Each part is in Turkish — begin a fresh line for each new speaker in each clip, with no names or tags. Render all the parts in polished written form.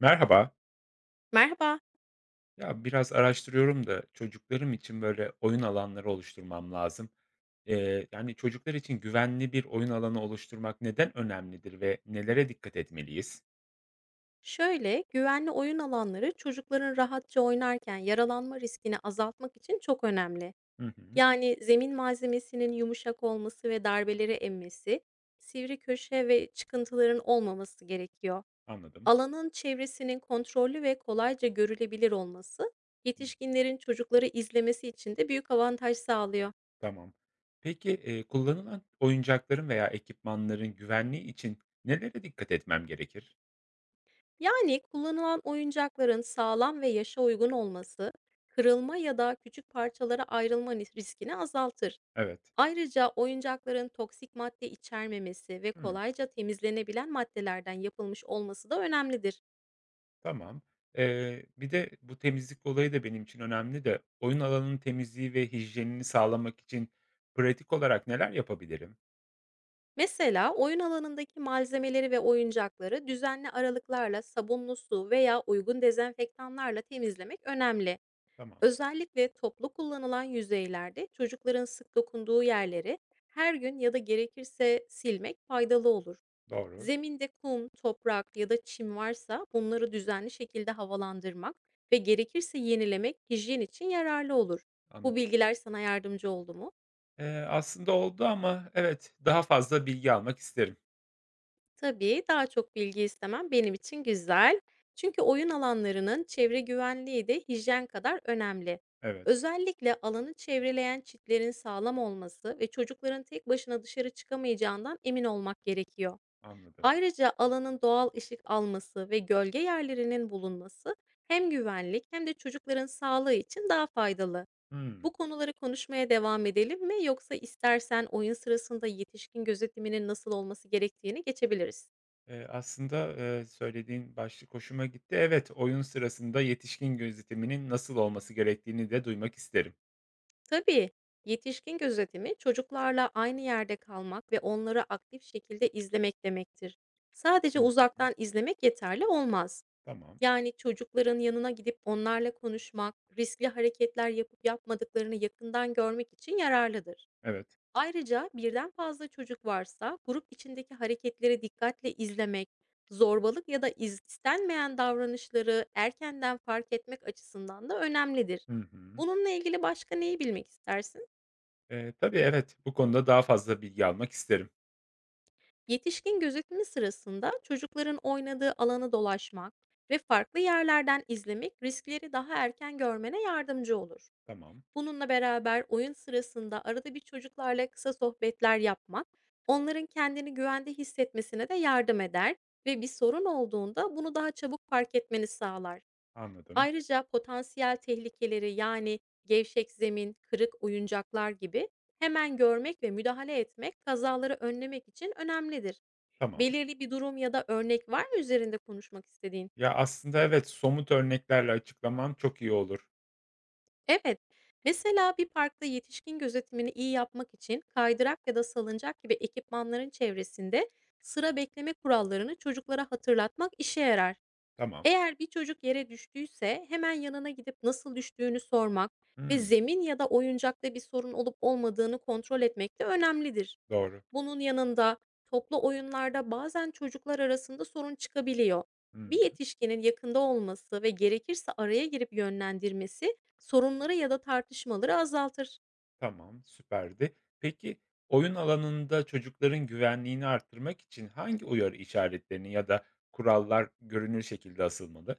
Merhaba.
Merhaba.
Ya biraz araştırıyorum da çocuklarım için böyle oyun alanları oluşturmam lazım. Yani çocuklar için güvenli bir oyun alanı oluşturmak neden önemlidir ve nelere dikkat etmeliyiz?
Şöyle, güvenli oyun alanları çocukların rahatça oynarken yaralanma riskini azaltmak için çok önemli.
Hı hı,
Yani zemin malzemesinin yumuşak olması ve darbeleri emmesi, sivri köşe ve çıkıntıların olmaması gerekiyor.
anladım.
Alanın çevresinin kontrollü ve kolayca görülebilir olması,
Hı,
yetişkinlerin çocukları izlemesi için de büyük avantaj sağlıyor.
tamam. Peki kullanılan oyuncakların veya ekipmanların güvenliği için nelere dikkat etmem gerekir?
Yani kullanılan oyuncakların sağlam ve yaşa uygun olması, kırılma ya da küçük parçalara ayrılma riskini azaltır.
Evet.
Ayrıca oyuncakların toksik madde içermemesi ve
Hı.
kolayca temizlenebilen maddelerden yapılmış olması da önemlidir.
Tamam. Bir de bu temizlik olayı da benim için önemli de oyun alanının temizliği ve hijyenini sağlamak için pratik olarak neler yapabilirim?
Mesela oyun alanındaki malzemeleri ve oyuncakları düzenli aralıklarla sabunlu su veya uygun dezenfektanlarla temizlemek önemli.
Tamam,
Özellikle toplu kullanılan yüzeylerde çocukların sık dokunduğu yerleri her gün ya da gerekirse silmek faydalı olur.
doğru,
Zeminde kum, toprak ya da çim varsa bunları düzenli şekilde havalandırmak ve gerekirse yenilemek hijyen için yararlı olur. Bu
anladım.
bilgiler sana yardımcı oldu mu?
Aslında oldu ama evet, daha fazla bilgi almak isterim.
Tabii, daha çok bilgi istemem benim için güzel. Çünkü oyun alanlarının çevre güvenliği de hijyen kadar önemli.
Evet,
Özellikle alanı çevreleyen çitlerin sağlam olması ve çocukların tek başına dışarı çıkamayacağından emin olmak gerekiyor.
anladım.
Ayrıca alanın doğal ışık alması ve gölge yerlerinin bulunması hem güvenlik hem de çocukların sağlığı için daha faydalı.
Hımm.
Bu konuları konuşmaya devam edelim mi yoksa istersen oyun sırasında yetişkin gözetiminin nasıl olması gerektiğini geçebiliriz.
Aslında, söylediğin başlık hoşuma gitti. Evet, oyun sırasında yetişkin gözetiminin nasıl olması gerektiğini de duymak isterim.
Tabii, yetişkin gözetimi çocuklarla aynı yerde kalmak ve onları aktif şekilde izlemek demektir. Sadece
Hı,
uzaktan izlemek yeterli olmaz.
tamam,
Yani çocukların yanına gidip onlarla konuşmak, riskli hareketler yapıp yapmadıklarını yakından görmek için yararlıdır.
evet.
Ayrıca birden fazla çocuk varsa grup içindeki hareketleri dikkatle izlemek, zorbalık ya da istenmeyen davranışları erkenden fark etmek açısından da önemlidir.
Hı hı.
Bununla ilgili başka neyi bilmek istersin?
Tabii evet, bu konuda daha fazla bilgi almak isterim.
Yetişkin gözetimi sırasında çocukların oynadığı alanı dolaşmak ve farklı yerlerden izlemek riskleri daha erken görmene yardımcı olur.
Tamam,
Bununla beraber oyun sırasında arada bir çocuklarla kısa sohbetler yapmak, onların kendini güvende hissetmesine de yardım eder ve bir sorun olduğunda bunu daha çabuk fark etmeni sağlar.
anladım.
Ayrıca potansiyel tehlikeleri yani gevşek zemin, kırık oyuncaklar gibi hemen görmek ve müdahale etmek kazaları önlemek için önemlidir.
Tamam.
Belirli bir durum ya da örnek var mı üzerinde konuşmak istediğin?
Ya, aslında evet, somut örneklerle açıklaman çok iyi olur.
Evet, mesela bir parkta yetişkin gözetimini iyi yapmak için kaydırak ya da salıncak gibi ekipmanların çevresinde sıra bekleme kurallarını çocuklara hatırlatmak işe yarar.
Tamam.
Eğer bir çocuk yere düştüyse hemen yanına gidip nasıl düştüğünü sormak ve
Hımm,
zemin ya da oyuncakta bir sorun olup olmadığını kontrol etmek de önemlidir.
doğru.
Bunun yanında toplu oyunlarda bazen çocuklar arasında sorun çıkabiliyor. Bir
Hımm,
yetişkinin yakında olması ve gerekirse araya girip yönlendirmesi sorunları ya da tartışmaları azaltır.
tamam, süperdi. Peki, oyun alanında çocukların güvenliğini arttırmak için hangi uyarı işaretlerini ya da kurallar görünür şekilde asılmalı?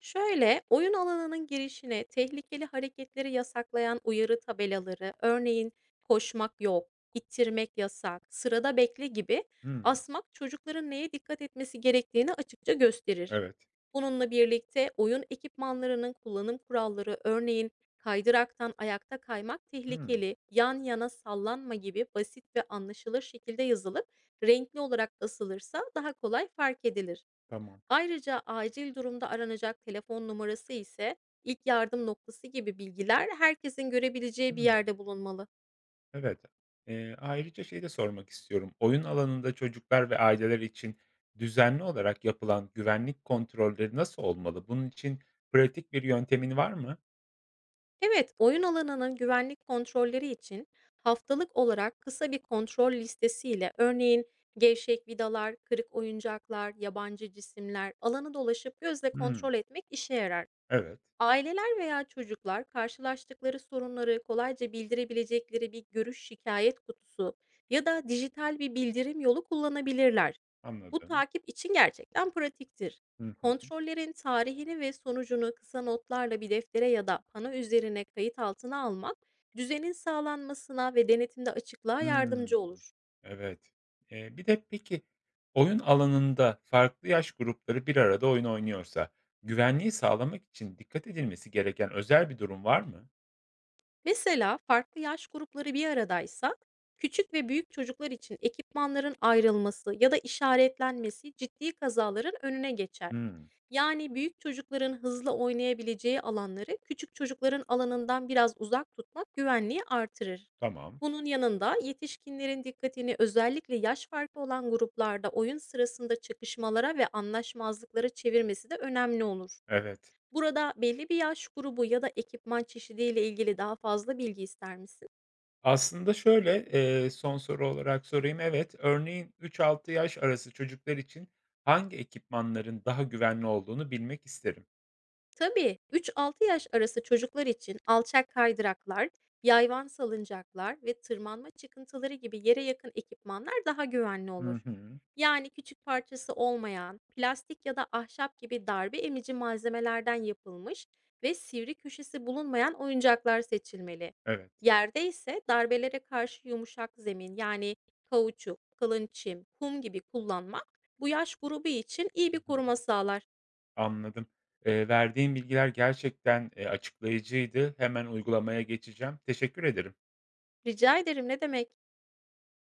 Şöyle, oyun alanının girişine tehlikeli hareketleri yasaklayan uyarı tabelaları, örneğin "koşmak yok", "ittirmek yasak", "sırada bekle" gibi
Hımm,
asmak çocukların neye dikkat etmesi gerektiğini açıkça gösterir.
evet.
Bununla birlikte oyun ekipmanlarının kullanım kuralları, örneğin kaydıraktan ayakta kaymak
Hımm,
tehlikeli, yan yana sallanma gibi basit ve anlaşılır şekilde yazılıp renkli olarak asılırsa daha kolay fark edilir.
tamam.
Ayrıca acil durumda aranacak telefon numarası ise ilk yardım noktası gibi bilgiler herkesin görebileceği bir
Hımm.
yerde bulunmalı.
Evet. Ayrıca şeyi de sormak istiyorum. Oyun alanında çocuklar ve aileler için düzenli olarak yapılan güvenlik kontrolleri nasıl olmalı? Bunun için pratik bir yöntemin var mı?
Evet, oyun alanının güvenlik kontrolleri için haftalık olarak kısa bir kontrol listesiyle örneğin gevşek vidalar, kırık oyuncaklar, yabancı cisimler alanı dolaşıp gözle
Hımm.
kontrol etmek işe yarar.
Evet,
Aileler veya çocuklar karşılaştıkları sorunları kolayca bildirebilecekleri bir görüş şikayet kutusu ya da dijital bir bildirim yolu kullanabilirler. Bu
anladım.
takip için gerçekten pratiktir.
Hı hı.
Kontrollerin tarihini ve sonucunu kısa notlarla bir deftere ya da pano üzerine kayıt altına almak, düzenin sağlanmasına ve denetimde açıklığa
Hımm.
yardımcı olur.
Evet. Bir de peki oyun alanında farklı yaş grupları bir arada oyun oynuyorsa güvenliği sağlamak için dikkat edilmesi gereken özel bir durum var mı?
Mesela farklı yaş grupları bir aradaysa küçük ve büyük çocuklar için ekipmanların ayrılması ya da işaretlenmesi ciddi kazaların önüne geçer.
Hımm.
Yani büyük çocukların hızlı oynayabileceği alanları küçük çocukların alanından biraz uzak tutmak güvenliği artırır.
Tamam.
Bunun yanında yetişkinlerin dikkatini özellikle yaş farkı olan gruplarda oyun sırasında çakışmalara ve anlaşmazlıklara çevirmesi de önemli olur.
Evet.
Burada belli bir yaş grubu ya da ekipman çeşidiyle ilgili daha fazla bilgi ister misin?
Aslında şöyle, son soru olarak sorayım. Evet, örneğin 3-6 yaş arası çocuklar için hangi ekipmanların daha güvenli olduğunu bilmek isterim.
Tabii, 3-6 yaş arası çocuklar için alçak kaydıraklar, yayvan salıncaklar ve tırmanma çıkıntıları gibi yere yakın ekipmanlar daha güvenli
Hı
olur.
hı.
Yani küçük parçası olmayan, plastik ya da ahşap gibi darbe emici malzemelerden yapılmış ve sivri köşesi bulunmayan oyuncaklar seçilmeli.
Evet,
Yerde ise darbelere karşı yumuşak zemin yani kauçuk, kalın çim, kum gibi kullanmak bu yaş grubu için iyi
hı
bir koruma
hı,
sağlar.
anladım. Verdiğin bilgiler gerçekten, açıklayıcıydı. Hemen uygulamaya geçeceğim. Teşekkür ederim.
Rica ederim ne demek?